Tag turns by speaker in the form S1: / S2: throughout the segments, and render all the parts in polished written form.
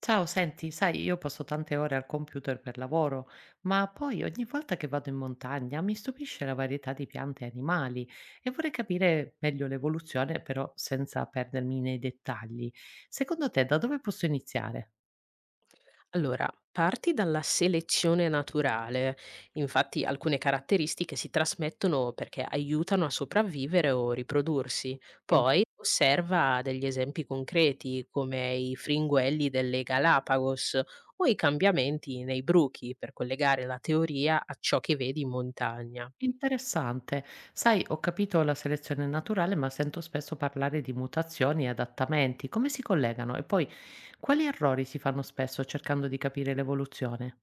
S1: Ciao, senti, sai, io passo tante ore al computer per lavoro, ma poi ogni volta che vado in montagna mi stupisce la varietà di piante e animali e vorrei capire meglio l'evoluzione, però senza perdermi nei dettagli. Secondo te, da dove posso iniziare?
S2: Allora, parti dalla selezione naturale, infatti alcune caratteristiche si trasmettono perché aiutano a sopravvivere o riprodursi.
S1: Sì.
S2: Poi osserva degli esempi concreti come i fringuelli delle Galapagos o i cambiamenti nei bruchi per collegare la teoria a ciò che vedi in montagna.
S1: Interessante. Sai, ho capito la selezione naturale, ma sento spesso parlare di mutazioni e adattamenti. Come si collegano? E poi, quali errori si fanno spesso cercando di capire l'evoluzione?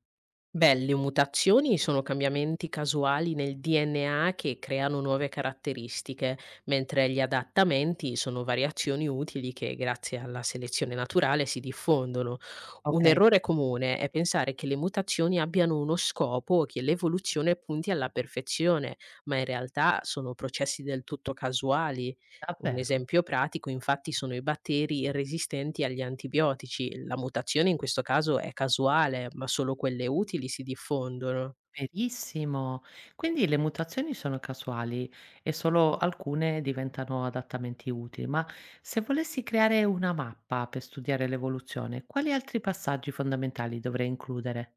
S2: Beh, le mutazioni sono cambiamenti casuali nel DNA che creano nuove caratteristiche, mentre gli adattamenti sono variazioni utili che grazie alla selezione naturale si diffondono. Un
S1: Ok.
S2: errore comune è pensare che le mutazioni abbiano uno scopo o che l'evoluzione punti alla perfezione, ma in realtà sono processi del tutto casuali. Un
S1: Davvero?
S2: esempio pratico infatti sono i batteri resistenti agli antibiotici. La mutazione in questo caso è casuale, ma solo quelle utili si diffondono.
S1: Verissimo. Quindi le mutazioni sono casuali e solo alcune diventano adattamenti utili, ma se volessi creare una mappa per studiare l'evoluzione, quali altri passaggi fondamentali dovrei includere?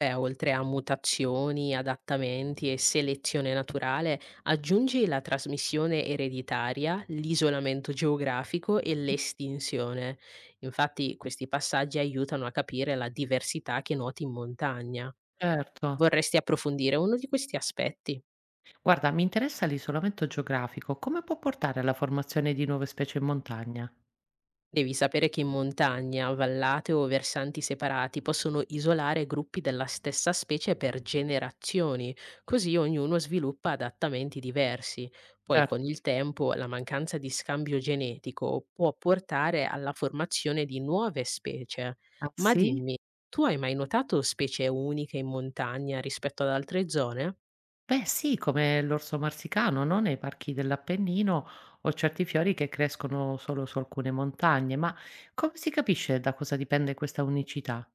S2: Beh, oltre a mutazioni, adattamenti e selezione naturale, aggiungi la trasmissione ereditaria, l'isolamento geografico e l'estinzione. Infatti questi passaggi aiutano a capire la diversità che noti in montagna.
S1: Certo.
S2: Vorresti approfondire uno di questi aspetti?
S1: Guarda, mi interessa l'isolamento geografico, come può portare alla formazione di nuove specie in montagna?
S2: Devi sapere che in montagna, vallate o versanti separati possono isolare gruppi della stessa specie per generazioni, così ognuno sviluppa adattamenti diversi. Poi con
S1: Certo.
S2: il tempo la mancanza di scambio genetico può portare alla formazione di nuove specie.
S1: Ah,
S2: Ma
S1: sì?
S2: dimmi, tu hai mai notato specie uniche in montagna rispetto ad altre zone?
S1: Beh sì, come l'orso marsicano, no, nei parchi dell'Appennino o certi fiori che crescono solo su alcune montagne, ma come si capisce da cosa dipende questa unicità?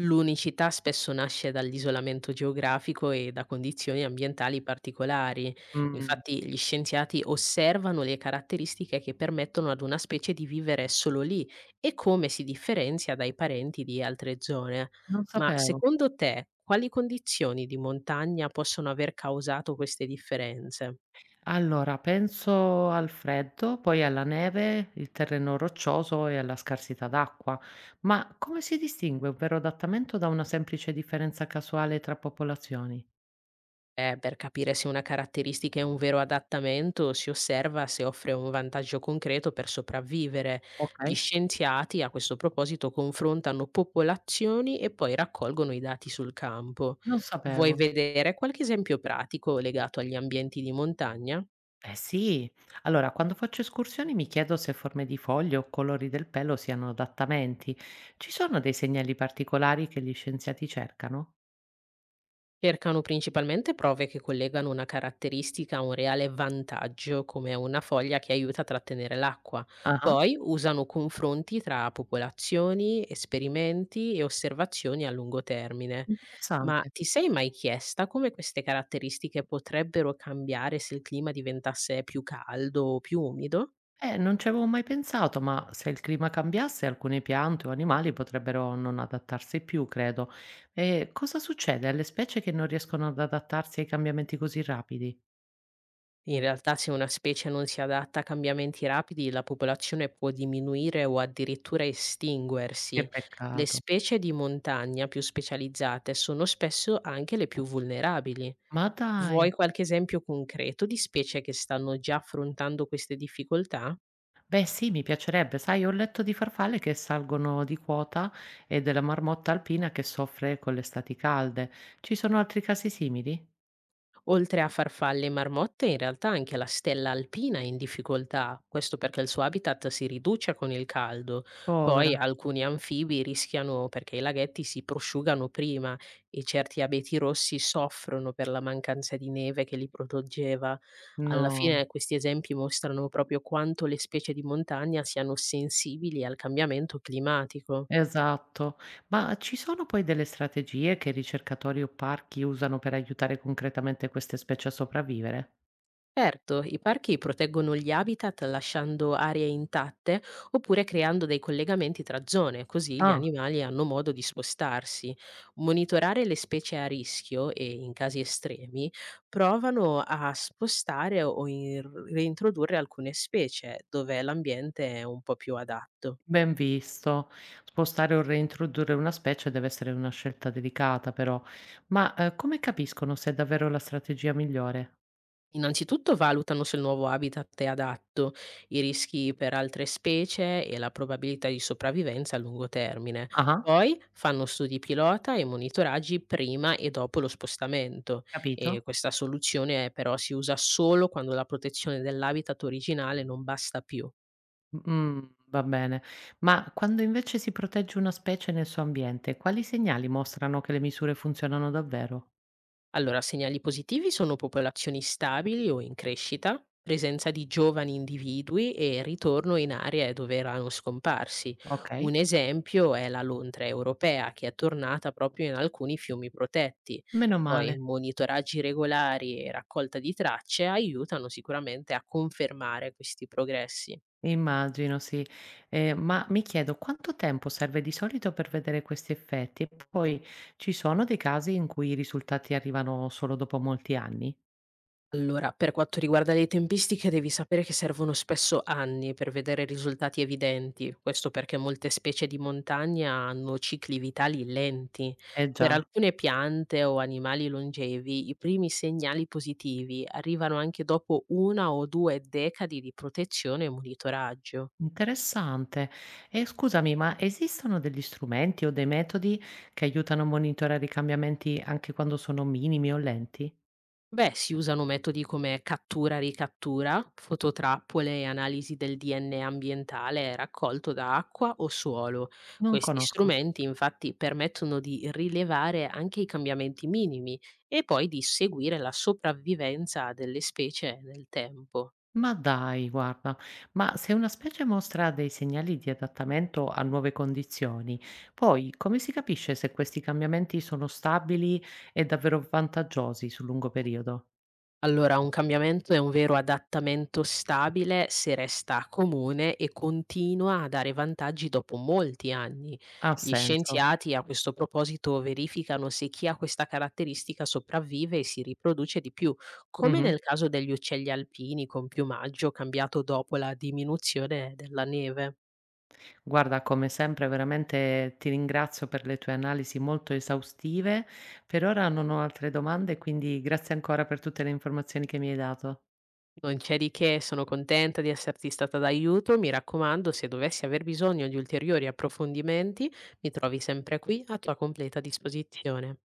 S2: L'unicità spesso nasce dall'isolamento geografico e da condizioni ambientali particolari.
S1: Mh,
S2: Infatti, gli scienziati osservano le caratteristiche che permettono ad una specie di vivere solo lì e come si differenzia dai parenti di altre zone.
S1: non
S2: Ma
S1: sapevo.
S2: secondo te, quali condizioni di montagna possono aver causato queste differenze?
S1: Allora, penso al freddo, poi alla neve, il terreno roccioso e alla scarsità d'acqua, ma come si distingue un vero adattamento da una semplice differenza casuale tra popolazioni?
S2: Per capire se una caratteristica è un vero adattamento, si osserva se offre un vantaggio concreto per sopravvivere. Gli
S1: Okay,
S2: scienziati a questo proposito confrontano popolazioni e poi raccolgono i dati sul campo.
S1: non
S2: Vuoi
S1: sapevo.
S2: vedere qualche esempio pratico legato agli ambienti di montagna?
S1: Eh sì, allora quando faccio escursioni mi chiedo se forme di foglie o colori del pelo siano adattamenti. Ci sono dei segnali particolari che gli scienziati cercano?
S2: Cercano principalmente prove che collegano una caratteristica a un reale vantaggio, come una foglia che aiuta a trattenere l'acqua.
S1: Ah,
S2: Poi usano confronti tra popolazioni, esperimenti e osservazioni a lungo termine. Ma
S1: interessante.
S2: ti sei mai chiesta come queste caratteristiche potrebbero cambiare se il clima diventasse più caldo o più umido?
S1: Non ci avevo mai pensato, ma se il clima cambiasse, alcune piante o animali potrebbero non adattarsi più, credo. E cosa succede alle specie che non riescono ad adattarsi ai cambiamenti così rapidi?
S2: In realtà, se una specie non si adatta a cambiamenti rapidi, la popolazione può diminuire o addirittura
S1: Che
S2: estinguersi. Le
S1: peccato.
S2: specie di montagna più specializzate sono spesso anche le più vulnerabili.
S1: Ma
S2: Vuoi
S1: dai.
S2: qualche esempio concreto di specie che stanno già affrontando queste difficoltà?
S1: Beh sì, mi piacerebbe. Sai, ho letto di farfalle che salgono di quota e della marmotta alpina che soffre con le estati calde. Ci sono altri casi simili?
S2: Oltre a farfalle e marmotte, in realtà anche la stella alpina è in difficoltà, questo perché il suo habitat si riduce con il caldo. Poi
S1: Povera.
S2: alcuni anfibi rischiano perché i laghetti si prosciugano prima e certi abeti rossi soffrono per la mancanza di neve che li proteggeva. Alla
S1: No,
S2: fine questi esempi mostrano proprio quanto le specie di montagna siano sensibili al cambiamento climatico.
S1: esatto. Ma ci sono poi delle strategie che ricercatori o parchi usano per aiutare concretamente queste specie a sopravvivere?
S2: Certo, i parchi proteggono gli habitat lasciando aree intatte oppure creando dei collegamenti tra zone, così gli
S1: Ah,
S2: animali hanno modo di spostarsi. Monitorare le specie a rischio e, in casi estremi, provano a spostare o reintrodurre alcune specie dove l'ambiente è un po' più adatto.
S1: ben visto. Spostare o reintrodurre una specie deve essere una scelta delicata, però. Ma come capiscono se è davvero la strategia migliore?
S2: Innanzitutto valutano se il nuovo habitat è adatto, i rischi per altre specie e la probabilità di sopravvivenza a lungo termine.
S1: Ah,
S2: Poi fanno studi pilota e monitoraggi prima e dopo lo spostamento e
S1: capito?
S2: questa soluzione però si usa solo quando la protezione dell'habitat originale non basta più.
S1: Va bene. Ma quando invece si protegge una specie nel suo ambiente, quali segnali mostrano che le misure funzionano davvero?
S2: Allora, segnali positivi sono popolazioni stabili o in crescita, presenza di giovani individui e ritorno in aree dove erano scomparsi. Un
S1: Okay,
S2: esempio è la lontra europea che è tornata proprio in alcuni fiumi protetti.
S1: meno
S2: Poi
S1: male.
S2: monitoraggi regolari e raccolta di tracce aiutano sicuramente a confermare questi progressi.
S1: Immagino, sì. Ma mi chiedo quanto tempo serve di solito per vedere questi effetti? E poi ci sono dei casi in cui i risultati arrivano solo dopo molti anni?
S2: Allora, per quanto riguarda le tempistiche, devi sapere che servono spesso anni per vedere risultati evidenti. Questo perché molte specie di montagna hanno cicli vitali lenti.
S1: Eh
S2: Per
S1: già,
S2: alcune piante o animali longevi, i primi segnali positivi arrivano anche dopo una o due decadi di protezione e monitoraggio.
S1: interessante. E scusami, ma esistono degli strumenti o dei metodi che aiutano a monitorare i cambiamenti anche quando sono minimi o lenti?
S2: Beh, si usano metodi come cattura-ricattura, fototrappole e analisi del DNA ambientale raccolto da acqua o suolo.
S1: Non
S2: Questi
S1: conosco.
S2: strumenti infatti permettono di rilevare anche i cambiamenti minimi e poi di seguire la sopravvivenza delle specie nel tempo.
S1: Ma dai, guarda, ma se una specie mostra dei segnali di adattamento a nuove condizioni, poi come si capisce se questi cambiamenti sono stabili e davvero vantaggiosi sul lungo periodo?
S2: Allora, un cambiamento è un vero adattamento stabile se resta comune e continua a dare vantaggi dopo molti anni.
S1: Ha
S2: Gli
S1: senso.
S2: scienziati a questo proposito verificano se chi ha questa caratteristica sopravvive e si riproduce di più, come
S1: Mhm.
S2: nel caso degli uccelli alpini con piumaggio cambiato dopo la diminuzione della neve.
S1: Guarda, come sempre, veramente ti ringrazio per le tue analisi molto esaustive. Per ora non ho altre domande, quindi grazie ancora per tutte le informazioni che mi hai dato.
S2: Non c'è di che, sono contenta di esserti stata d'aiuto. Mi raccomando, se dovessi aver bisogno di ulteriori approfondimenti, mi trovi sempre qui a tua completa disposizione.